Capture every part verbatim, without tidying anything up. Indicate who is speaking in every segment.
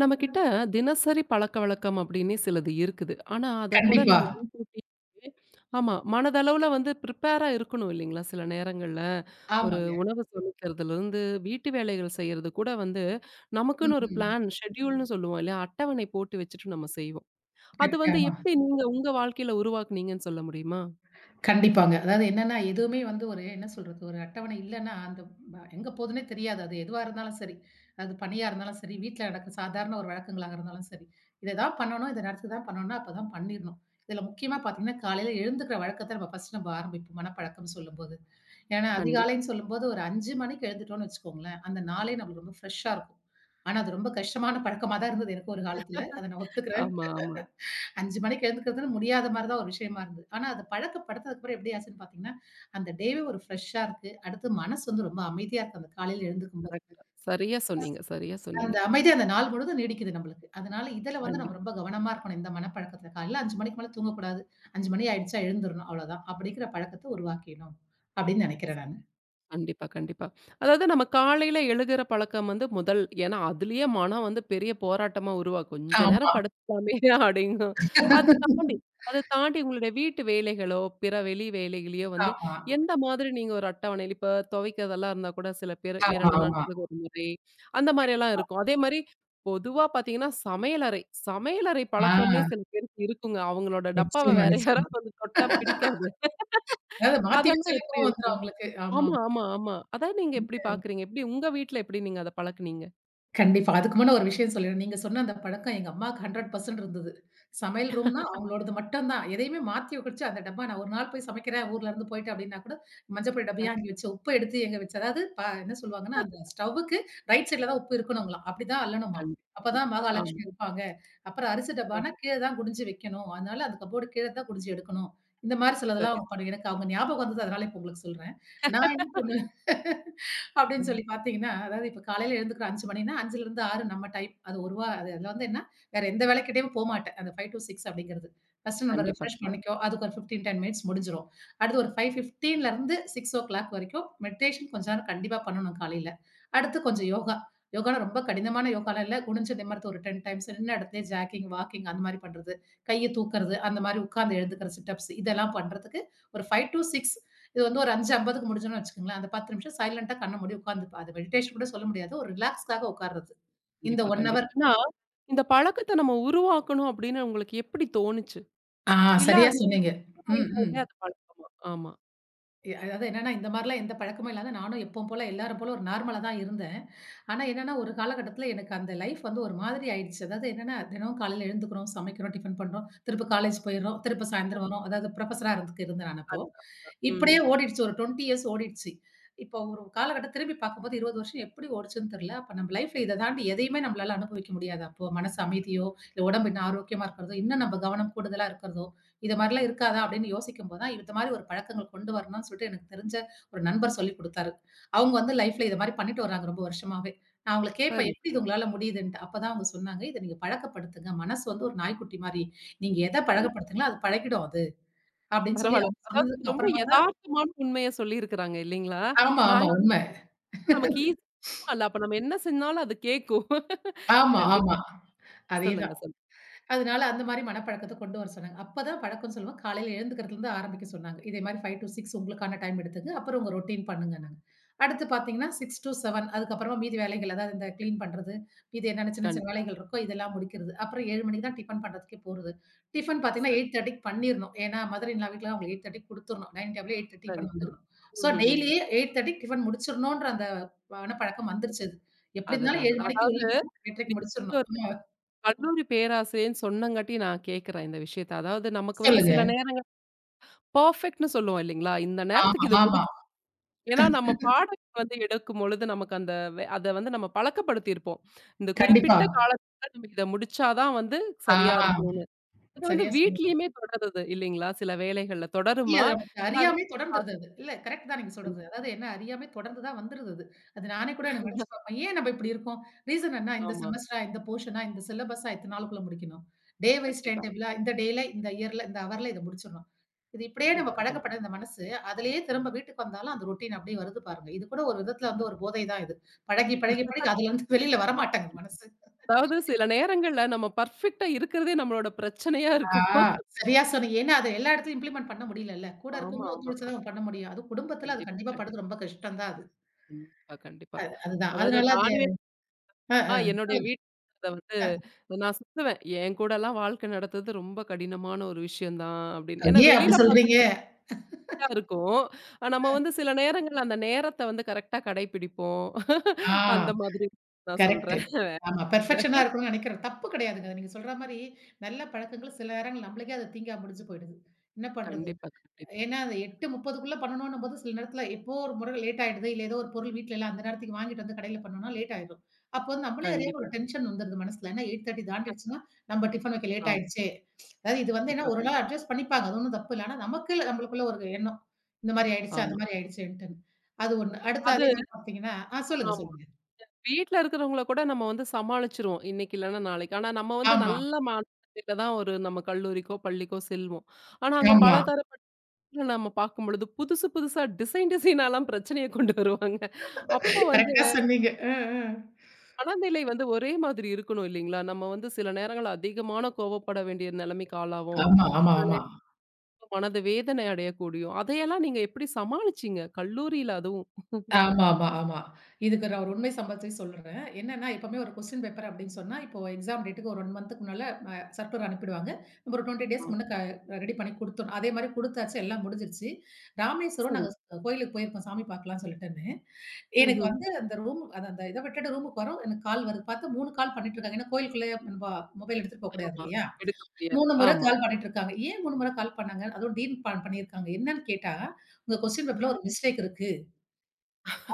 Speaker 1: நம்மகிட்ட தினசரி பழக்கவழக்கம் அப்படின்னு சிலது இருக்குது. ஆனா, அத கூட
Speaker 2: கண்டிப்பா.
Speaker 1: நம்ம முன்கூட்டியே ஆமா. மனதளவுல வந்து ப்ரிப்பேரா இருக்கணும் இல்லைங்களா? சில நேரங்கள்ல ஒரு
Speaker 2: ஆமாங்க.
Speaker 1: உணவு சமைக்கிறதுலருந்து, வீட்டு வேலைகள் செய்றது கூட வந்து
Speaker 2: ம்,
Speaker 1: நமக்குன்னு ஒரு
Speaker 2: ம்.
Speaker 1: பிளான், ஷெட்யூல்ன்னு சொல்லுவோம் இல்லையா? அட்டவணை போட்டு வச்சுட்டு நம்ம செய்வோம். அது
Speaker 2: கரெக்ட்.
Speaker 1: வந்து
Speaker 2: ஆமா.
Speaker 1: எப்படி நீங்க உங்க வாழ்க்கையில உருவாக்குனீங்கன்னு சொல்ல முடியுமா?
Speaker 2: கண்டிப்பாங்க. அதாவது என்னன்னா, எதுவுமே வந்து ஒரு என்ன சொல்றது, ஒரு அட்டவணை இல்லன்னா, அந்த ப எங்க போதுன்னே தெரியாது. அது எதுவா இருந்தாலும் சரி. அது பணியா இருந்தாலும் சரி, வீட்ல நடக்கிற சாதாரண ஒரு வழக்கங்களாக இருந்தாலும் சரி. இத தான் பண்ணணும், இந்த நேரத்துக்கு தான் பண்ணணும்னா, அப்பதான் பண்ணிரணும். இதுல முக்கியமா பார்த்தீங்கன்னா, காலையில எழுந்துக்கிற வழக்கத்த நம்ம ஃபர்ஸ்ட் நம்ம ஆரம்பிப்போம், மனப்பழக்கம்னு சொல்லும்போது. ஏன்னா,
Speaker 1: கண்டிப்பா.
Speaker 2: அதிகாலைன்னு சொல்லும்போது ஒரு ஐந்து மணிக்கு எழுந்துட்டோம்னு வச்சுக்கோங்களேன், அந்த நாளே நம்மளுக்கு ரொம்ப ஃப்ரெஷ்ஷா இருக்கும். ஆனா, அது ரொம்ப கஷ்டமான பழக்கமா தான் இருந்தது எனக்கு ஒரு காலத்துல. அத நான் ஒத்துக்கிறேன்.
Speaker 1: ஆமா, ஆமா.
Speaker 2: ஐந்து மணிக்கு எழுந்துக்கிறதுன்னு முடியாத மாரி தான் ஒரு விஷயமா இருந்தது. ஆனா, அது பழக்கப்படுத்ததுக்கப்புறம் எப்படி ஆச்சுன்னு பார்த்தீங்கன்னா, அந்த டேவே ஒரு ஃப்ரெஷ்ஷா இருக்கு. அடுத்து மனசு வந்து ரொம்ப அமைதியா இருக்கு. அந்த காலையில எழுந்துக்கும்போது.
Speaker 1: கரெக்ட்டா. சரியா சொன்னீங்க, சரியா சொன்னீங்க.
Speaker 2: அந்த அமைதி அந்த நாள் முழுதும் நீடிக்குது நம்மளுக்கு. அதனால இதில வந்து நம்ம
Speaker 1: கண்டிப்பா.
Speaker 2: ரொம்ப கவனமா இருக்கணும். இந்த மனப்பழக்கத்தில. காலையில ஐந்து மணிக்கு மேல தூங்கக்கூடாது. ஐந்து மணி ஆயிடுச்சா எழுந்துரணும். அவ்வளோதான். அப்படிங்கிற பழக்கத்த உருவாக்கிடணும். அப்படின்னு நெனைக்கிறேன் நானு.
Speaker 1: கண்டிப்பா, கண்டிப்பா. அதாவது நம்ம காலையில எழுகிற பழக்கம் வந்து முதல். ஏன்னா, அதிலேயே மனம் வந்து பெரிய போராட்டமா உருவாக்கும். "கொஞ்ச நேரம்
Speaker 2: ஆமா.
Speaker 1: படுத்துக்கலாமே" அப்படிங்கும். அது தாண்டி அத தாண்டி உங்களுடைய வீட்டு வேலைகளோ, பிற வெளி வேலைகளையோ வந்து
Speaker 2: ஆமா.
Speaker 1: எந்த மாதிரி நீங்க ஒரு அட்டவணையில இப்ப துவைக்கிறதெல்லாம் இருந்தா கூட சில பேர்
Speaker 2: ஆமா,
Speaker 1: இரண்டு
Speaker 2: ஆமா.
Speaker 1: நாட்களுக்கு ஒரு முறை, அந்த மாரியெல்லாம் இருக்கும். அதே மாரி பொதுவா பார்த்தீங்கன்னா, சமையலறை. சமையலறை
Speaker 2: ஆ,
Speaker 1: பழக்கம்னே சில பேருக்கு இருக்குங்க. அவங்களோட டப்பாவ
Speaker 2: நிச்சயமா,
Speaker 1: வேற
Speaker 2: நிச்சயமா.
Speaker 1: யாராவது வந்து தொட்டா பிடிக்காது.
Speaker 2: அதாவது மாத்தி
Speaker 1: அதெல்லாம்
Speaker 2: வச்சாலே
Speaker 1: எப்படி
Speaker 2: கோவம்
Speaker 1: இருக்கு?
Speaker 2: வந்துரும் அவங்களுக்கு.
Speaker 1: ஆமா,
Speaker 2: ஆமாமா.
Speaker 1: ஆமா, ஆமா. அதான் நீங்க எப்படி பார்க்குறீங்க? எப்படி உங்க வீட்ல எப்படி நீங்க அத பழக்குனீங்க?
Speaker 2: கண்டிப்பா. அதுக்கு முன்ன ஒரு விஷயம் சொல்லிறேன். நீங்க சொன்ன அந்த பழக்கம் எங்க அம்மாக்கு நூறு சதவீதம் இருந்தது. சமையல் ரூம்னா அவங்களோடது மட்டும் தான். எதையுமே மாத்தி வச்சு அந்த டப்பா நான் ஒரு நாள் போய் சமைக்கிறேன் ஊர்ல இருந்து போயிட்டேன் அப்டின்னா கூட, மஞ்சள் பொடி டப்பையா அங்க வச்சு உப்ப எடுத்து எங்க வச்சு அதாவது ப என்ன சொல்லுவாங்கன்னா, அந்த ஸ்டவ்வுக்கு ரைட் சைட்ல தான் உப்பு இருக்கணுங்களாம். அப்டிதான் அள்ளணுமா.
Speaker 1: கண்டிப்பா,
Speaker 2: அப்பதான்
Speaker 1: கண்டிப்பா. ஆமா.
Speaker 2: மகாலட்சுமி இருப்பாங்க. அப்புறம் அரிசி டப்பானா கீழ தான் குனிஞ்சு வைக்கணும். அதனால அந்த கப்போர்டு கீழ தான் குனிஞ்சு எடுக்கணும். இந்த மாரி சிலதெல்லாம்
Speaker 1: சரி.
Speaker 2: அவங்க பண்ணு எனக்கு அவங்க ஞாபகம் வந்தது அதனால இப்ப உங்களுக்கு சொல்றேன். நான் என்ன பண்ணுவேன் அப்படின்னு
Speaker 1: ம்.
Speaker 2: சொல்லி பார்த்தீங்கன்னா, அதாவது இப்ப காலையில எழுந்துக்கிறோம் ஐந்து மணின்னா 5லிருந்து ஆறு நம்ம டைம். அது ஒன்று அது அதுல வந்து என்ன, வேற எந்த வேலைக்கிட்டயும் போமாட்டேன். அந்த ஐந்து ஆறு அப்படிங்கிறது. ஃபர்ஸ்ட் நம்ம
Speaker 1: கண்டிப்பா,
Speaker 2: ரிஃப்ரெஷ்
Speaker 1: கண்
Speaker 2: பண்ணிக்கோ. அதுக்கு ஒரு பதினைந்து, பத்து மினிட்ஸ் முடிஞ்சிரும். அடுத்து ஒரு 5:15லிருந்து ஆறு வரைக்கும் மெடிடேஷன் கொஞ்ச நேரம் கண்டிப்பா பண்ணணும் காலையில. அடுத்து கொஞ்சம் யோகா. யோகான்னா ரொம்ப கடினமான யோகாலாம் இல்ல. குனிஞ்சு நிமிர்ந்து ஒரு பத்து டைம்ஸ் நின்ன இடத்துலயே ஜாக்கிங், வாக்கிங் அந்த மாரி பண்றது. கைய தூக்குறது, அந்த மாரி உட்கார்ந்து எழுந்துக்கிற சிட் அப்ஸ் இதெல்லாம் பண்றதுக்கு ஒரு ஐந்து ஆறு இது வந்து ஒரு 5:50க்கு முடிஞ்சோம்னு வச்சுக்கோங்களேன். அந்த பத்து நிமிஷம் சைலன்ட்டா கண்ண மூடி உட்கார்ந்துப்ப. அது மெடிடேஷன் கூட சொல்ல முடியாது. ஒரு ரிலாக்ஸ்க்காக உட்கார்றது. இந்த
Speaker 1: கண்டிப்பா,
Speaker 2: ஒரு
Speaker 1: கண்டிப்பா.
Speaker 2: ஹவர்.
Speaker 1: ஆனா, இந்த பழக்கத்த நம்ம உருவாக்கணும் அப்படின்னு உங்களுக்கு எப்படி தோணுச்சு?
Speaker 2: ஆ,
Speaker 1: இல்ல
Speaker 2: சரியா
Speaker 1: அது
Speaker 2: சொன்னீங்க. ம், ம்.
Speaker 1: வயதாலுமே அது பழக்கமா? ஆமா.
Speaker 2: எ அதாவது என்னன்னா, இந்த மாரிலாம் எந்த பழக்கமும் இல்லாத நானும் எப்பவும் போல எல்லாரும் போல ஒரு நார்மலா தான் இருந்தேன். ஆனா என்னன்னா, ஒரு காலகட்டத்தில எனக்கு அந்த லைஃப் வந்து ஒரு மாதிரி ஆயிடுச்சு. அதாவது என்னன்னா, தினமும் காலையில எழுந்துக்கிறோம், சமைக்கிறோம், டிஃபன் பண்றோம், திருப்ப காலேஜ் போயிடுறோம், திருப்ப சாயந்தரம் வரோம். அதாவது புரொஃபஸரா இருந்துக்கு இருந்தேன் நான் அப்போ.
Speaker 1: அதுதான், அதுதான்.
Speaker 2: இப்படியே
Speaker 1: ம்.
Speaker 2: ஓடிடுச்சு ஒரு இருபது இயர்ஸ் ஓடிடுச்சு. இப்போ ஒரு காலகட்டம் திரும்பி பார்க்கும்போது இருபது வருஷம் எப்படி ஓடுச்சுன்னு தெரியல. அப்ப நம்ம லைஃப்ல இத தாண்டி எதையுமே நம்மளால அனுபவிக்க முடியாது. அப்போ மனசு அமைதியோ, இல்ல உடம்பு இன்னும் ஆரோக்கியமா இருக்கிறதோ, இன்னும் நம்ம கவனம் கூடுதலா இருக்கிறதோ, இது மாரிலாம் இருக்காதா? அப்படின்னு யோசிக்கும்போது தான், இந்த மாரி ஒரு பழக்கங்கள் கொண்டு வரணும்னு சொல்லிட்டு எனக்கு தெரிஞ்ச ஒரு நண்பர் சொல்லிக் குடுத்தாரு. அவங்க வந்து லைஃப்ல இது மாரி பண்ணிட்டு வராங்க ரொம்ப வருஷமாவே. நான் அவங்கள கேட்பேன்,
Speaker 1: சரி, சரி.
Speaker 2: "எப்படி இது உங்களால முடியுதுன்ட்டு?" அப்பதான் அவங்க சொன்னாங்க, "இத நீங்க பழக்கப்படுத்துங்க. மனசு வந்து ஒரு நாய்க்குட்டி மாரி. நீங்க எத
Speaker 1: கண்
Speaker 2: பழகப்படுத்துறீங்களோ அது பழகிடும் அது." அப்படின்னு சொல்லி
Speaker 1: பரவால்ல.
Speaker 2: அவங்க
Speaker 1: அதாவது
Speaker 2: சொன்னதுக்கு
Speaker 1: ரொம்ப
Speaker 2: அப்புறமா தான்.
Speaker 1: எதார்த்தமான உண்மைய சொல்லியிருக்கிறாங்க இல்லைங்களா?
Speaker 2: ஆமா, ஆமா.
Speaker 1: நான்
Speaker 2: உண்ம.
Speaker 1: இப்போ நமக்கு ஈஸி இல்ல. அப்ப நம்ம என்ன செஞ்சாலும் அது கேட்கும்.
Speaker 2: ஆமா,
Speaker 1: கண்டிப்பா.
Speaker 2: ஆமா. அதே
Speaker 1: சொல்லுங்க,
Speaker 2: தான்.
Speaker 1: சொல்லுங்க.
Speaker 2: அதனால அந்த மாரி மனப்பழக்கத்த கொண்டு வர சொன்னாங்க. அப்பதான் பழக்கம்ன்னு சொல்லுவேன். காலையில எழுந்துக்கிறதுலருந்து ஆரம்பிக்க சொன்னாங்க. இதே மாரி ஐந்து ஆறு உங்களுக்கான டைம் எடுத்துங்க. அப்புறம் உங்க ரொட்டீன் பண்ணுங்கன்னாங்க. அடுத்து பார்த்தீங்கன்னா, ஆறு ஏழு அதுக்கப்புறமா மீதி வேலைகள் அதாவது இந்த கிளீன் பண்றது, மீதி என்னென்ன சின்ன சின்ன
Speaker 1: கண்டிப்பா.
Speaker 2: வேலைகள் இருக்கோ இதெல்லாம் முடிக்கிறது. அப்புறம் ஏழு மணிக்கு தான் டிஃபன் பண்றதுக்கே போறது. டிஃபன் பார்த்தீங்கன்னா
Speaker 1: சரி,
Speaker 2: 8:30க்கு பண்ணிரணும். ஏன்னா மதர் இன் லா வீட்ல அவங்களுக்கு 8:30க்கு குடுத்துரணும். டைனிங் டேபிள்ல எட்டு முப்பது
Speaker 1: சரி,
Speaker 2: டிஃபன்
Speaker 1: சரி.
Speaker 2: வந்துரணும். ஸோ
Speaker 1: ம்ஹ்ம்.
Speaker 2: டெய்லியே 8:30க்கு டிஃபன் முடிச்சிரணுன்ற அந்த மனப்பழக்கம் வந்துருச்சு அது. எப்படி
Speaker 1: அதுதான்,
Speaker 2: இருந்தாலும் ஏழு
Speaker 1: அதுதான்.
Speaker 2: மணிக்கு
Speaker 1: அதாவது
Speaker 2: உள்ள போனா
Speaker 1: நீ
Speaker 2: 8:30க்கு
Speaker 1: வந்து
Speaker 2: முடிச்சிரணும்.
Speaker 1: ஒரு
Speaker 2: ம்.
Speaker 1: கல்லூரி பேராசிரியர்ன்னு சொன்னங்காட்டி நான் கேட்கிறேன் இந்த விஷயத்த. அதாவது நமக்கு வந்து
Speaker 2: சொல்லுங்க.
Speaker 1: சில நேரம் பெர்ஃபெக்ட்ன்னு சொல்லுவோம் இல்லைங்களா? இந்த
Speaker 2: ஆமா,
Speaker 1: நேரத்துக்கு இது
Speaker 2: ஆமா.
Speaker 1: முடிச்சு ஏன்னா நம்ம பாடம் வந்து எடுக்கும் பொழுது நமக்கு அந்த வே அத வந்து நம்ம பழக்கப்படுத்தியிருப்போம். இந்த
Speaker 2: கண்டிப்பா.
Speaker 1: குறிப்பிட்ட காலத்துல நம்ம இத முடிச்சா தான் வந்து
Speaker 2: ஆ,
Speaker 1: சரியா இருக்கும்னு. அது வந்து
Speaker 2: சரியா சொன்னீங்க.
Speaker 1: வீட்லயுமே தொடருது இல்லைங்களா? சில வேலைகள்ல
Speaker 2: இல்ல
Speaker 1: தொடருமா?
Speaker 2: அது நமக்கு
Speaker 1: இல்ல அது
Speaker 2: அறியாமயே தொடர்ந்துருது அது. இல்ல கரெக்ட் தான் நீங்க சொல்றது. அதாவது என்ன அறியாமே தொடர்ந்து தான் வந்துருது அது. அது நானே கூட எனக்கு நெனச்சு பார்ப்பேன். ஏன் நம்ம இப்படி இருக்கோம்? ரீசன் என்ன? இந்த
Speaker 1: ஆமா.
Speaker 2: செமஸ்டரா, இந்த போர்ஷனா, இந்த சிலபஸா இத்தன நாளுக்குள்ள முடிக்கணும். டே வைஸ்
Speaker 1: கண்டிப்பா,
Speaker 2: டைம் டேபிளா இந்த டேல, இந்த இயர்ல, இந்த ஹவர்ல இத முடிச்சுடணும். இது இப்படியே நம்ம
Speaker 1: கண்டிப்பா, கண்டிப்பா.
Speaker 2: பழக்கப்பட்ட இந்த மனசு, அதிலேயே திரும்ப வீட்டுக்கு வந்தாலும் அந்த ரொட்டீன் அப்படியே வருது பாருங்க. இது கூட ஒரு விதத்துல வந்து ஒரு போதை தான் இது. பழகி, பழகி, பழகி அதுலருந்து வெளில வரமாட்டாங்க மனசு.
Speaker 1: அதாவது சில நேரங்கள்ல நம்ம பெர்ஃபெக்ட்டா இருக்கிறதே நம்மளோட பிரச்சனையா
Speaker 2: ஆ,
Speaker 1: இருக்கும்.
Speaker 2: சரியா சொன்னீங்க. ஏன்னா, அத எல்லா இடத்துலயும் இம்ப்ளிமெண்ட் பண்ண முடியலல்ல. கூட
Speaker 1: ஆமா,
Speaker 2: இருக்கவங்களும்
Speaker 1: ஆமா.
Speaker 2: ஒத்துழைச்சா தான் பண்ண முடியும். அதுவும் குடும்பத்துல அது
Speaker 1: கண்டிப்
Speaker 2: கண்டிப்பா
Speaker 1: கண்டிப்
Speaker 2: படுறது ரொம்ப கஷ்டம் தான் அது.
Speaker 1: கண்டிப்பா, கண்டிப்பா.
Speaker 2: அதுதான்.
Speaker 1: அதாவது
Speaker 2: அதனால அது
Speaker 1: நானுமே
Speaker 2: அ,
Speaker 1: ஆ
Speaker 2: அ.
Speaker 1: என்னுடைய வீட்ல வந்து நான் சொல்லுவேன். என் கூடலாம் வாழ்க்கை நடத்துறது ரொம்ப கடினமான ஒரு விஷயம் தான் அப்படின்னு. ஏன்னா
Speaker 2: சொல்லுங்க. ஏன் அப்படி
Speaker 1: வெளியில
Speaker 2: சொல்றீங்க?
Speaker 1: பக்கா இருக்கும். ஆ, நம்ம வந்து சில நேரங்கள்ல அந்த நேரத்த வந்து கரெக்ட்டா கடைபிடிப்போம். அந்த
Speaker 2: ஆ,
Speaker 1: மாதிரி நான்
Speaker 2: கரெக்ட்டு.
Speaker 1: சொல்றேன்.
Speaker 2: ஆமா. பெர்ஃபெக்ஷனா இருக்கணும்னு நினைக்கிறோம். தப்பு கிடையாதுங்க. நீங்க சொல்ற மாரி நல்ல பழக்கங்கள் சில நேரங்கள் நம்மளுக்கே அது தீங்கா முடிஞ்சு போயிடுது. என்ன பண்றது?
Speaker 1: கண்டிப்பா, கண்டிப்பா,
Speaker 2: ஏன்னா, அது 8:30க்குள்ள பண்ணணும்ன்னும்போது, சில நேரத்துல எப்போ ஒரு முறை லேட் ஆயிடுது. இல்ல ஏதோ ஒரு பொருள் வீட்ல இல்ல, அந்த நேரத்துக்கு வாங்கிட்டு வந்து கடையில பண்ணோம்னா லேட் ஆயிரும். அப்போ வந்து நம்மளே அறியாம ஒரு
Speaker 1: கண்டிப்பா.
Speaker 2: டென்ஷன் வந்துருது மனசுல. ஏன்னா எட்டு முப்பது தாண்டிடுச்சுன்னா, நம்ம டிஃபன் வைக்க
Speaker 1: ஆ
Speaker 2: லேட் ஆயிடுச்சே. அதாவது இது வந்து என்ன
Speaker 1: கண்டிப்பா,
Speaker 2: ஒரு
Speaker 1: கண்டிப்பா.
Speaker 2: நாள் அட்ஜஸ்ட் பண்ணிப்பாங்க. அது ஒண்ணும் தப்பு இல்ல. ஆனா நமக்குள்ள நம்மளுக்குள்ள ஒரு எண்ணம். இந்த மாரி ஆயிடுச்சு, அது
Speaker 1: ஆமா.
Speaker 2: மாரி ஆயிடுச்சேன்ட்டுன்னு. அது ஒண்ணு. அடுத்து
Speaker 1: அது
Speaker 2: அதே மாரி பாத்தீங்கன்னா ஆ, சொல்லுங்க,
Speaker 1: ஆமா.
Speaker 2: சொல்லுங்க.
Speaker 1: வீட்ல இருக்கிறவங்கள கூட நம்ம வந்து சமாளிச்சுருவோம். இன்னைக்கு இல்லன்னா நாளைக்கு. ஆனா நம்ம வந்து
Speaker 2: ஆமா,
Speaker 1: நல்ல மனநிலையில தான் ஒரு நம்ம கல்லூரிக்கோ, பள்ளிக்கோ செல்வோம். ஆனா அங்க பல
Speaker 2: ஆமா.
Speaker 1: தரப்பு நம்ம பார்க்கும்பொழுது புதுசு புதுசா டிசைன் டிசைனாலாம் பிரச்சனைய கொண்டு வருவாங்க. அப்போ வந்து
Speaker 2: கரெக்ட்டா சொன்னீங்க. அ, அ.
Speaker 1: மனநிலை வந்து ஒரே மாதிரி இருக்கணும் இல்லைங்களா? நம்ம வந்து சில நேரங்கள்ல அதிகமான கோவப்பட வேண்டிய நிலைமைக்கு ஆளாவோம்.
Speaker 2: ஆமா, ஆமா,
Speaker 1: சில
Speaker 2: ஆமா.
Speaker 1: நேரம் மனது வேதனை அடையக்கூடியும். அதையெல்லாம் நீங்க எப்படி சமாளிச்சீங்க? கல்லூரியில அதுவும்.
Speaker 2: ஆமாமா, ஆமா. ஆமா. இதுக்கு நான் ஒரு உண்மை சம்பவத்தை சொல்றேன். என்னன்னா, எப்பவுமே ஒரு கொஸ்டின் பேப்பர் அப்படின்னு சொன்னா, இப்போ எக்ஸாம் டேட்டுக்கு ஒரு 1 மந்த்துக்கு முன்னால அ சர்க்குலர் அனுப்பிடுவாங்க. நம்ம ஒரு இருபது
Speaker 1: ஆ
Speaker 2: டேஸ்க்கு முன்ன க ரெடி பண்ணி குடுத்துடணும். அதே மாரி குடுத்தாச்சு, எல்லாம் முடிஞ்சிருச்சு. ராமேஸ்வரம்
Speaker 1: சரி.
Speaker 2: நாங்க ஸ்- கோயிலுக்கு போயிருக்கோம் சாமி பார்க்கலாம்னு சொல்லிட்டுன்னு. எனக்கு
Speaker 1: ம்ஹ்ம்.
Speaker 2: வந்து அந்த ரூம் அது அந்த இத விட்டுட்டு ரூமுக்கு வரோம். எனக்கு கால் வருது. பார்த்தா மூன்று கால் பண்ணிட்டு இருக்காங்க. ஏன்னா கோயிலுக்குள்ளே நம்ம மொபைல் எடுத்துட்டு போகக்கூடாது
Speaker 1: ஆமா.
Speaker 2: இல்லையா?
Speaker 1: எடுக்க முடியாது.
Speaker 2: மூன்று முறை
Speaker 1: ஆமா.
Speaker 2: கால் பண்ணிட்டு இருக்காங்க. ஏன் மூன்று முறை கால் பண்ணாங்க? அதுவும் டீன் ப பண்ணியிருக்காங்க. என்னன்னு கேட்டா, "உங்க கொஸ்டின் பேப்பர்ல
Speaker 1: ஆஹ.
Speaker 2: ஒரு மிஸ்டேக் இருக்கு.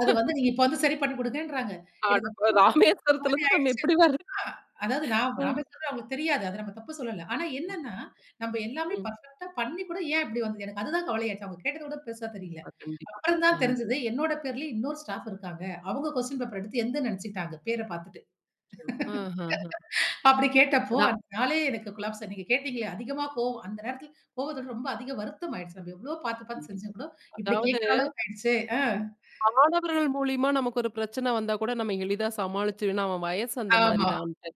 Speaker 2: அது வந்து நீங்க இப்ப வந்து சரி பண்ணி குடுங்கன்றாங்க.
Speaker 1: அட
Speaker 2: எனக்கு
Speaker 1: ப
Speaker 2: அந்த
Speaker 1: ராமேஸ்வரத்துல
Speaker 2: மாரி
Speaker 1: தான் நம்ம
Speaker 2: ஆயிடுச்சு
Speaker 1: எப்படி
Speaker 2: எனக்கு.
Speaker 1: வர்றது?
Speaker 2: ஆ, அதாவது நான்
Speaker 1: ஆமா.
Speaker 2: ராமேஸ்வரம் அவங்களுக்கு தெரியாது. அத நம்ம தப்பு சொல்லல. ஆனா என்னன்னா, நம்ம எல்லாமே
Speaker 1: ம்.
Speaker 2: பெர்ஃபெக்ட்டா பண்ணி கூட ஏன் இப்படி வந்தது? எனக்கு அதுதான் கவலையாச்சு. அவங்க கேட்டத விட பெருசா தெரியல.
Speaker 1: கண்டிப்பா, கண்டிப்பா.
Speaker 2: அப்புறம் தான்
Speaker 1: ஆமா.
Speaker 2: தெரிஞ்சது, என்னோட பேர்லயே இன்னொரு ஸ்டாஃப் இருக்காங்க. அவங்க கொஸ்டின் பேப்பர் எடுத்து எந்தன்னு நெனச்சுக்கிட்டாங்க, பேர பார்த்துட்டு.
Speaker 1: ஆஹஹ.
Speaker 2: அப்படி கேட்டப்போ,
Speaker 1: அதான்.
Speaker 2: அந்த நாளே எனக்கு கொலாப்ஸ் நீங்க கேட்டீங்களே, அதிகமா கோவம் அந்த நேரத்துல கோவத்தோட ரொம்ப அதிக வருத்தம் ஆயிடுச்சு. நம்ம எவ்வளோ பார்த்து பார்த்து செஞ்சு
Speaker 1: கண்டிப்பா.
Speaker 2: கூட இப்படி
Speaker 1: அதாவது
Speaker 2: கேட்கிற அளவுக்கு ஆயிடுச்சே. ஆ,
Speaker 1: மாணவர்கள் மூலியமா நமக்கு ஒரு பிரச்சனை வந்தா கூட நம்ம எளிதா சமாளிச்சு ஏன்னா அவன் வயசு அந்த மாதிரி
Speaker 2: ஆமா.
Speaker 1: தான்ட்டு.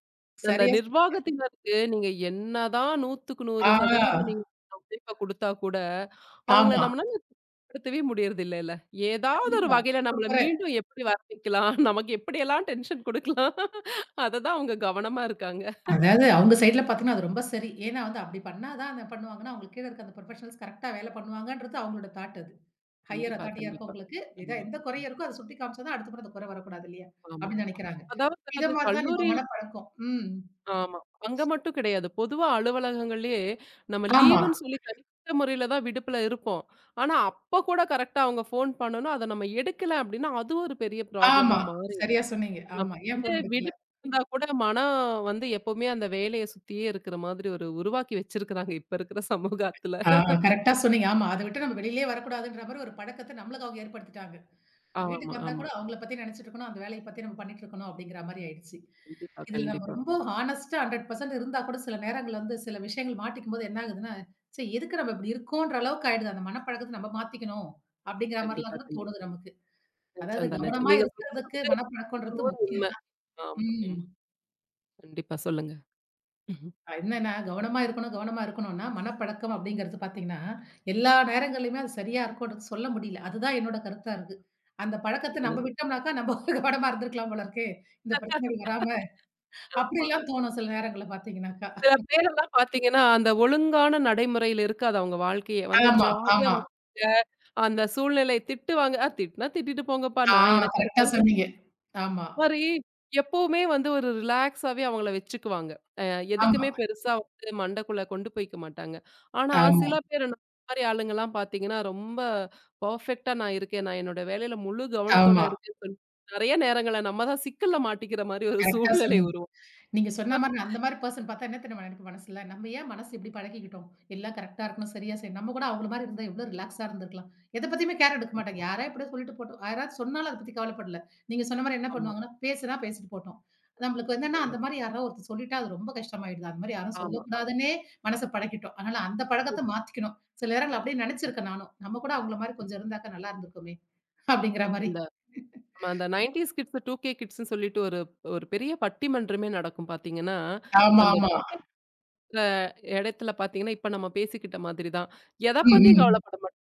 Speaker 1: அந்த
Speaker 2: சரியா சொ
Speaker 1: நிர்வாகத்தினருக்கு நீங்க என்னதான் நூறுக்கு
Speaker 2: ஆ,
Speaker 1: நூறு சதவீதம் நீங்க உழைப்ப குடுத்தா கூட, அவங்கள
Speaker 2: ஆமா.
Speaker 1: நம்மளால திருத்தவே முடியறதில்லைல்ல. ஏதாவது ஒரு
Speaker 2: கண்டிப்பா.
Speaker 1: வகையில
Speaker 2: ஒரு
Speaker 1: நம்மள
Speaker 2: குறை.
Speaker 1: மீண்டும் எப்படி வர வைக்கலாம்? நமக்கு எப்படியெல்லாம் டென்ஷன் குடுக்கலாம்? அத தான் அவங்க கவனமா இருக்காங்க.
Speaker 2: அதாவது அவங்க சைட்ல பார்த்தீங்கன்னா, அது ரொம்ப சரி. ஏன்னா வந்து அப்படி பண்ணா தான் என்ன பண்ணுவாங்கன்னா, அவங்களுக்கு கீழ இருக்க அந்த புரொஃபஷனல்ஸ் கரெக்ட்டா வேலை பண்ணுவாங்கன்றது அவங்களோட தாட் அது. ஹையர்
Speaker 1: கண்டிப்பா,
Speaker 2: அத்தாரிட்டியா
Speaker 1: கண்டிப்பா.
Speaker 2: இருக்கவங்களுக்கு, ஏதா
Speaker 1: ஆமா.
Speaker 2: எந்த
Speaker 1: ஆமா,
Speaker 2: குறையும் இருக்கோ அத சுட்டி காமிச்சா தான் அடுத்த முறை அந்த குறை வரக்கூடாது இல்லையா?
Speaker 1: ஆமா.
Speaker 2: அப்படின்னு
Speaker 1: ஆமா.
Speaker 2: நெனைக்கிறாங்க.
Speaker 1: அதாவது
Speaker 2: இத
Speaker 1: அது
Speaker 2: மாரி தான் நம்ம
Speaker 1: கல்லூரி
Speaker 2: மனப்பழக்கம். ம்.
Speaker 1: ஆமா. அங்க மட்டும் கிடையாது. பொதுவா அலுவலகங்கள்லயே நம்ம
Speaker 2: ஆமா,
Speaker 1: லீவுன்னு சொல்லி தனிப்பட்ட முறையில தான் விடுப்புல இருப்போம். ஆனா, அப்ப கூட கரெக்ட்டா அவங்க ஃபோன் பண்ணணும். அத நம்ம எடுக்கல அப்டின்னா, அது ஒரு பெரிய ப்ராப்ளமா
Speaker 2: ஆமா.
Speaker 1: மாறிரும்.
Speaker 2: சரியா சொன்னீங்க. ஆமா.
Speaker 1: நமக்கு
Speaker 2: ஏன்
Speaker 1: வந்து
Speaker 2: ஃபோன் எடுக்கல?
Speaker 1: விடுப்பு இருந்தா கூட மனம் வந்து எப்பவுமே அந்த வேலைய சுத்தியே இருக்கிற மாதிரி ஒரு உருவாக்கி வச்சிருக்கிறாங்க இப்ப இருக்கிற சமூகத்துல.
Speaker 2: ஆ, கரெக்ட்டா சொன்னீங்க. ஆமா. அத விட்டு நம்ம வெளியிலயே வரக்கூடாதுன்ற மாரி ஒரு பழக்கத்த நம்மளுக்கு அவங்க ஏற்படுத்திட்டாங்க.
Speaker 1: ஆமா,
Speaker 2: வீட்டுக்கு வந்தா
Speaker 1: ஆமா.
Speaker 2: கூட அவங்கள பத்தி நினைச்சுட்டு இருக்கணும். அந்த வேலைய பத்தி நம்ம பண்ணிட்டு இருக்கணும் அப்படிங்கிற மாரி ஆயிடுச்சு.
Speaker 1: கண்டிப்பா,
Speaker 2: இதுல நம்ம
Speaker 1: கண்டிப்பா.
Speaker 2: ரொம்ப ஹானஸ்ட்டா நூறு சதவீதம் இருந்தா கூட சில நேரங்கள்ல வந்து சில விஷயங்கள் மாட்டிக்கும்போது என்ன ஆகுதுன்னா, ச்சே எதுக்கு நம்ம இப்படி இருக்கோன்ற அளவுக்கு ஆயிடுது. அந்த மனப்பழக்கத்த நம்ம மாத்திக்கணும் அப்படிங்கிற மாரிலாம்
Speaker 1: கண்டிப்பா,
Speaker 2: கூட
Speaker 1: கண்டிப்பா.
Speaker 2: தோணுது நமக்கு. அதாவது
Speaker 1: நிஜம் தான் நிஜம்.
Speaker 2: கவனமா
Speaker 1: நீங்க சொல்றது
Speaker 2: இருக்கிறதுக்கு
Speaker 1: வந்து நூறுக்கு
Speaker 2: மனப்பழக்கம்ன்றது
Speaker 1: நூறு உண்ம.
Speaker 2: முக்கியம் தான்.
Speaker 1: ஆமா,
Speaker 2: ம்.
Speaker 1: ஆமா. கண்டிப்பா சொல்லுங்க. ம்ஹ்ம்.
Speaker 2: என்னன்னா, கவனமா இருக்கணும், கவனமா இருக்கணும்னா, மனப்பழக்கம் அப்படிங்கிறது பார்த்தீங்கன்னா, எல்லா நேரங்கள்லயுமே அது சரியா இருக்கும்னு சொல்ல முடியல. அதுதான் என்னோட கருத்தா இருக்கு. அந்த பழக்கத்த
Speaker 1: அதுதான் அது.
Speaker 2: நம்ம விட்டோம்னாக்கா, நம்ம கவனமா இருந்திருக்கலாம் போல இருக்கே. இந்த பிரச்சனைகள் வராம,
Speaker 1: ஆமா.
Speaker 2: அப்படிலாம் தோணும் சில நேரங்கள்ல பார்த்தீங்கன்னாக்கா.
Speaker 1: சில பேரெல்லாம் பார்த்தீங்கன்னா, அந்த ஒழுங்கான நடைமுறையில இருக்காது அவங்க வாழ்க்கையே. வந்து
Speaker 2: ஆமா,
Speaker 1: ஜாலியா
Speaker 2: ஆமா.
Speaker 1: வந்துங்க, அந்த சூழ்நிலை திட்டுவாங்க. "அ திட்டுனா திட்டிட்டு போங்கப்பா,
Speaker 2: ஆ,
Speaker 1: நான் எனக்கு
Speaker 2: கரெக்ட்டா
Speaker 1: அடுத்தவங்க"
Speaker 2: சொன்னீங்க. ஆமா,
Speaker 1: மாரி எப்பவுமே வந்து ஒரு ரிலாக்ஸாவே அவங்கள வச்சுக்குவாங்க. அ
Speaker 2: ஆமா,
Speaker 1: எதுக்குமே பெருசா வந்து மண்டைக்குள்ள கொண்டு போய்க்க மாட்டாங்க. ஆனா
Speaker 2: ஆமா,
Speaker 1: சில பேர் இந்த மாரி ஆளுங்கலாம் பார்த்தீங்கன்னா, ரொம்ப பெர்ஃபெக்ட்டா நான் இருக்கேன், நான் என்னோட வேலையில முழு கவனத்தோட
Speaker 2: ஆமா.
Speaker 1: இருக்கேன்னு சொல்லி, நெறைய நேரங்கள்ல நம்ம தான் சிக்கல்ல மாட்டிக்கிற மாரி ஒரு
Speaker 2: கரெக்ட்டா
Speaker 1: சூழ்நிலை
Speaker 2: சொன்னீங்க.
Speaker 1: உருவாகுது.
Speaker 2: நீங்க சொன்ன மாரி நான் அந்த மாரி பெர்சன் பார்த்தா என்ன தெரியுமா எனக்கு மனசுல, நம்ம ஏன் மனசு இப்படி பழக்கிக்கிட்டோம்? எல்லாம் கரெக்ட்டா இருக்கணும், சரியா செய்யணும். நம்ம கூட அவங்கள மாரி இருந்தா எவ்வளோ ரிலாக்ஸா இருந்திருக்கலாம். எத பத்தியுமே கேர் எடுக்க மாட்டாங்க. யாரா எப்படியோ சொல்லிட்டு போட்டோம். யாராவது சொன்னாலும் அத பத்தி கவலைப்படல. நீங்க சொன்ன மாரி என்ன
Speaker 1: ஆமா.
Speaker 2: பண்ணுவாங்கன்னா, பேசுனா பேசிட்டு போட்டோம். நம்மளுக்கு என்னன்னா, அந்த
Speaker 1: அவ்வளவு.
Speaker 2: மாரி யாராவது ஒருத்தர் சொல்லிட்டா அது ரொம்ப கஷ்டமாயிடுது. அந்த மாரி யாரும்
Speaker 1: ஆமா. ஆமா.
Speaker 2: சொல்லக்கூடாதுன்னே மனச பழக்கிட்டோம். அதனால அந்த பழக்கத்த மாத்திக்கணும். சில நேரங்கள்ல அப்படியே
Speaker 1: கண்டிப்பா.
Speaker 2: நெனச்சிருக்கேன் நானும். நம்ம கூட அவங்கள மாரி கொஞ்சம் இருந்தாக்கா நல்லா இருந்திருக்குமே! அப்படிங்கிற மாரி.
Speaker 1: இந்த ஆமா, அந்த 90ஸ் கிட்ஸ், 2கே கிட்ஸ்ன்னு சொல்லிட்டு ஒரு ஒரு பெரிய பட்டிமன்றமே நடக்கும் பார்த்தீங்கன்னா,
Speaker 2: ஆமா,
Speaker 1: அந்த
Speaker 2: ஆமா.
Speaker 1: அ இடத்துல பார்த்தீங்கன்னா, இப்ப நம்ம பேசிக்கிட்ட மாதிரி தான். எத
Speaker 2: ம்,
Speaker 1: பத்தியும்
Speaker 2: ம்.
Speaker 1: கவலைப்பட மாட்டோம்.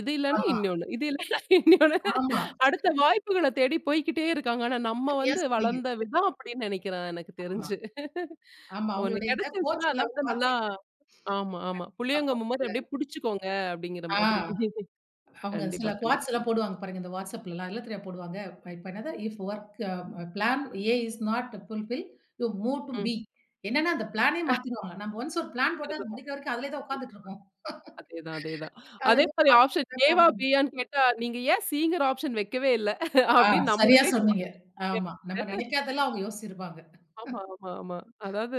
Speaker 1: இது இல்லன்னா
Speaker 2: ஆமா,
Speaker 1: இன்னொன்னு, இது இல்லன்னா இன்னொன்னு.
Speaker 2: ஆமா.
Speaker 1: அடுத்த வாய்ப்புகள தேடி போய்க்கிட்டே இருக்காங்க. ஆனா நம்ம
Speaker 2: சரியா
Speaker 1: வந்து
Speaker 2: சொன்னீங்க.
Speaker 1: வளர்ந்த விதம் அப்படின்னு நினைக்கிறேன் எனக்கு
Speaker 2: ஆமா.
Speaker 1: தெரிஞ்சு.
Speaker 2: ஆமா.
Speaker 1: ஒண்ணு
Speaker 2: அவங்களுடைய இந்த
Speaker 1: கிடைச்சிருச்சுன்னா,
Speaker 2: கோட்ஸ்
Speaker 1: அத
Speaker 2: எல்லாம்
Speaker 1: வந்து நல்லா
Speaker 2: பார்த்தீங்கன்னா
Speaker 1: ஆமா, ஆமா. புளியங்கொம்பு மாரி
Speaker 2: அவங்கள.
Speaker 1: அப்படியே புடிச்சுக்கோங்க அப்படிங்கிற
Speaker 2: ஆ,
Speaker 1: மாதிரி.
Speaker 2: அவங்க
Speaker 1: கண்டிப்பா,
Speaker 2: சில குவாட்ஸ்
Speaker 1: கண்டிப்பா.
Speaker 2: எல்லாம் போடுவாங்க பாருங்க. இந்த WhatsAppலலாம் எல்லாம் தெரியுமா போடுவாங்க. இப்ப என்னது if work plan A is not fulfil, you move to B. என்னன்னா அந்த பிளானே மாத்திருவாங்க. நம்ம ஒன்ஸ் ஒரு பிளான் போட்டா அது
Speaker 1: ம்.
Speaker 2: முடிக்கிற வரைக்கும் அதிலேயே தான் உட்கார்ந்துட்டு இருப்போம்.
Speaker 1: அதேதான், அதேதான். அதே
Speaker 2: அதுல
Speaker 1: மாரி ஆப்ஷன் ஏவா, பியான்னு கேட்டா, நீங்க ஏன் சிங்கிற ஆப்ஷன் வைக்கவே இல்ல?
Speaker 2: ஆ,
Speaker 1: அப்படின்னு
Speaker 2: சரியா
Speaker 1: நம்மளையவே கேட்போம்.
Speaker 2: சொன்னீங்க. ஆமா. நம்ம நினைக்காதெல்லாம் அவங்க யோசிச்சிருப்பாங்க.
Speaker 1: ஆமா, ஆமா, ஆமா. அதாவது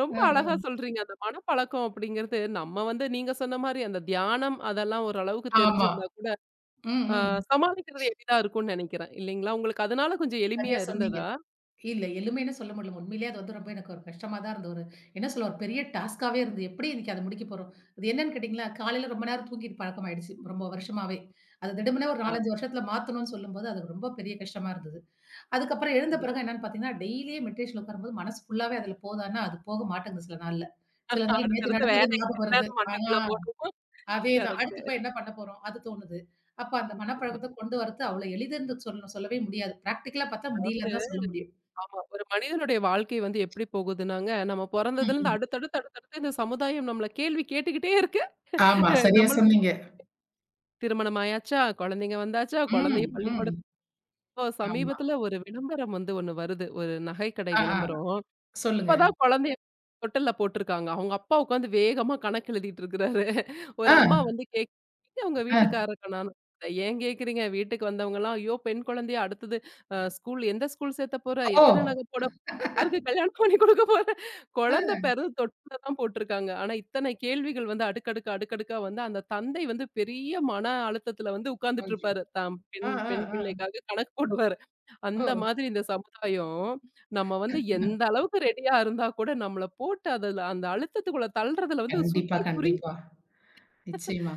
Speaker 1: ரொம்ப அழகா சொல்றீங்க. அந்த மனப்பழக்கம் அப்படிங்கிறது நம்ம வந்து நீங்க சொன்ன மாரி அந்த தியானம் அதெல்லாம் ஓரளவுக்கு
Speaker 2: ஆமா.
Speaker 1: தெரிஞ்சிருந்தா கூட,
Speaker 2: ம்,
Speaker 1: ஆ
Speaker 2: ம்.
Speaker 1: சமாளிக்கிறது எளிதா இருக்கும்னு நெனைக்கிறேன். இல்லைங்களா? உங்களுக்கு அதனால கொஞ்சம் எளிமையா
Speaker 2: சரியா சொன்னீங்க.
Speaker 1: இருந்ததா?
Speaker 2: இல்ல, எளிமைன்னு சொல்ல முடியல. உண்மையிலேயே அது வந்து ரொம்ப எனக்கு ஒரு கஷ்டமா தான் இருந்த ஒரு என்ன சொல்ல ஒரு பெரிய டாஸ்க்காவே இருந்தது. எப்படி இன்னைக்கு அத முடிக்க போறோம்? அது என்னன்னு கேட்டீங்களா, காலையில ரொம்ப நேரம் தூங்கிட்டு பழக்கமாயிடுச்சு. ரொம்ப வருஷமாவே. அது திடுமென ஒரு நான்கு,
Speaker 1: அதான்
Speaker 2: ஐந்து வருஷத்துல மாத்தணும்னு சொல்லும்போது, அது ரொம்ப பெரிய கஷ்டமா இருந்தது. அதுக்கப்புறம் எழுந்த
Speaker 1: கண்டிப்பா.
Speaker 2: பிறகு என்னன்னு பார்த்தீங்கன்னா, டெய்லியே மெட்ரேஷன்ல உட்காரும்போது மனசு ஃபுல்லாவே அதுல போதான்னா, அது போக மாட்டேங்குது சில நாள்ல. சில நாள் நேத்து
Speaker 1: அடுத்தடுத்த
Speaker 2: நடந்தது ஞாபகம் வருது.
Speaker 1: வேலைக்கு
Speaker 2: ஆ,
Speaker 1: மண்டக்குள்ள ஓடும்.
Speaker 2: அதேதான்.
Speaker 1: கரெக்ட்டு.
Speaker 2: அடுத்து போய் என்ன பண்ண போறோம்? அது தோணுது. அப்ப அந்த
Speaker 1: கண்டிப்பா.
Speaker 2: மனப்பழக்கத்த கொண்டு வரது அவ்வளோ எளிதுன்னு சொல்ல சொல்லவே முடியாது. பிராக்டிகலா பார்த்தா முடியலன்னு தான் சொல்ல முடியும்.
Speaker 1: ஆமா. ஒரு மனிதனுடைய வாழ்க்கை வந்து எப்படி போகுதுன்னாங்க, நம்ம பொறந்ததுலருந்து
Speaker 2: ம்.
Speaker 1: அடுத்தடுத்து, அடுத்தடுத்து இந்த சமுதாயம் நம்மள கேள்வி கேட்டுக்கிட்டே இருக்கு.
Speaker 2: ஆமா.
Speaker 1: அ
Speaker 2: சரியா
Speaker 1: நம்மளும்
Speaker 2: சொன்னீங்க.
Speaker 1: திருமணம் ஆயாச்சா, குழந்தைங்க வந்தாச்சா,
Speaker 2: ம்,
Speaker 1: குழந்தைய
Speaker 2: ம்.
Speaker 1: பள்ளிக்கூடத்துக்கு இப்போ
Speaker 2: ஆமா.
Speaker 1: சமீபத்தில ஒரு விளம்பரம் வந்து ஒண்ணு வருது. ஒரு நகைக்கடை
Speaker 2: ஆ, ஆ.
Speaker 1: விளம்பரம்.
Speaker 2: சொல்லுங்க.
Speaker 1: இப்பதான் குழந்தைய தொட்டில்ல போட்டுருக்காங்க. அவங்க அப்பா உட்காந்து வேகமா கணக்கு எழுதிட்டு இருக்கிறாரு. ஒரு
Speaker 2: ஆ,
Speaker 1: அம்மா வந்து கேக் அவங்க
Speaker 2: ஆ.
Speaker 1: வீட்டுக்காரருக்கு நானு ஏன் கேட்கிறீங்க? வீட்டுக்கு வந்தவங்கலாம், ஐயோ! பெண் குழந்தையா அடுத்தது அ ஸ்கூல் எந்த ஸ்கூல் சேர்த்த போற?
Speaker 2: ஓ!
Speaker 1: எத்தன நகை போட அதுக்கு கல்யாணம் பண்ணி கொடுக்க போற? குழந்தை
Speaker 2: ஆ.
Speaker 1: பிறந்து தொட்டில்ல தான் போட்டுருக்காங்க. ஆனா, இத்தனை கேள்விகள் வந்து அடுக்கடுக்கு, அடுக்கடுக்கா வந்து அந்த தந்தை வந்து பெரிய மன அழுத்தத்துல வந்து உட்கார்ந்துட்டு
Speaker 2: ஐயோ!
Speaker 1: இருப்பாரு. தாம்
Speaker 2: ஆ,
Speaker 1: பெண்
Speaker 2: ஆ,
Speaker 1: பெண்
Speaker 2: ஆ.
Speaker 1: பிள்ளைக்காக கணக்கு போடுவாரு.
Speaker 2: ஓ!
Speaker 1: அந்த மாதிரி இந்த சமுதாயம் நம்ம வந்து எந்த அளவுக்கு ரெடியா இருந்தா கூட, நம்மள போட்டு அதுல அந்த அழுத்தத்துக்குள்ள தள்றதுல வந்து
Speaker 2: கண்டிப்பா,
Speaker 1: சுத்தி குறி
Speaker 2: கண்டிப்பா. நிச்சயமா.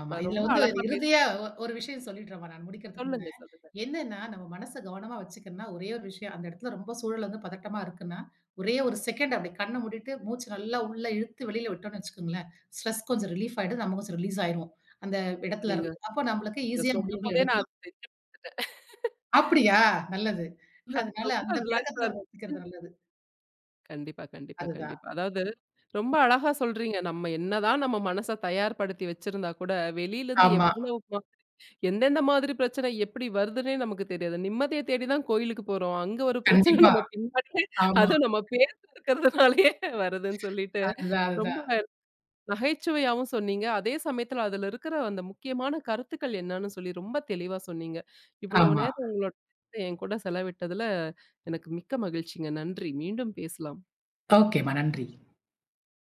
Speaker 2: ஆமா.
Speaker 1: இப்ப
Speaker 2: இதுல
Speaker 1: ரொம்ப
Speaker 2: வந்து
Speaker 1: அழகா பேச
Speaker 2: இறுதியா ஒ ஒரு விஷயம் சொல்லிடுறேன்மா நான் முடிக்கிறதுக்கு முன்ன.
Speaker 1: சொல்லுங்க, சொல்லுங்க.
Speaker 2: என்னன்னா, நம்ம மனச கவனமா வச்சுக்கணும்னா, ஒரே ஒரு விஷயம். அந்த இடத்துல ரொம்ப சூழல் வந்து பதட்டமா இருக்குன்னா, ஒரே ஒரு செகண்ட் அப்படி கண்ண மூடிட்டு, மூச்சு நல்லா உள்ள இழுத்து வெளியில விட்டோம்னு வச்சுக்கோங்களேன், ஸ்ட்ரெஸ் கொஞ்சம் ரிலீஃப் ஆயிடும். நம்ம கொஞ்சம் ரிலீஸ் ஆயிருவோம். அந்த இடத்துல
Speaker 1: நீங்க
Speaker 2: இருந்து. அப்போ நம்மளுக்கு
Speaker 1: நீங்க
Speaker 2: ஈஸியா முடிவுகள்
Speaker 1: சொல்லும்போதே நான்
Speaker 2: எடுக்கலாம்.
Speaker 1: தெரிஞ்சு
Speaker 2: அப்படியா? நல்லது. அதனால
Speaker 1: ரொம்ப
Speaker 2: அந்த பழக்கத்த
Speaker 1: ரிலாக்ஸா
Speaker 2: நம்ம
Speaker 1: இருக்கு.
Speaker 2: வச்சுக்கிறது நல்லது.
Speaker 1: கண்டிப்பா, கண்டிப்பா,
Speaker 2: அதுதான்.
Speaker 1: கண்டிப்பா. அதாவது ரொம்ப அழகா சொல்றீங்க. நம்ம என்னதான் நம்ம மனச தயார்படுத்தி வச்சிருந்தா கூட, வெளியிலருந்து
Speaker 2: ஆமா.
Speaker 1: எவ்வளவு ம எந்தெந்த மாதிரி பிரச்சனை எப்படி வருதுன்னே நமக்கு தெரியாது. நிம்மதிய தேடி தான் கோயிலுக்கு போறோம். அங்க ஒரு பிரச்சனை
Speaker 2: கண்டிப்பா.
Speaker 1: நம்ம பின்னாடியே
Speaker 2: ஆமா.
Speaker 1: அதுவும் நம்ம பேர் இருக்கிறதுனாலயே வருதுன்னு சொல்லிட்டு
Speaker 2: அதுதான்,
Speaker 1: ரொம்ப
Speaker 2: அதுதான்.
Speaker 1: நகைச்சுவையாவும் சொன்னீங்க. அதே சமயத்துல அதுல இருக்கிற அந்த முக்கியமான கருத்துக்கள் என்னன்னு சொல்லி ரொம்ப தெளிவா சொன்னீங்க. இவ்வளவு
Speaker 2: ஆமா.
Speaker 1: நேரம் உங்களோட நேரத்த என்கூட செலவிட்டதுல எனக்கு மிக்க மகிழ்ச்சிங்க. நன்றி. மீண்டும் பேசலாம்.
Speaker 2: ஓகேம்மா. நன்றி.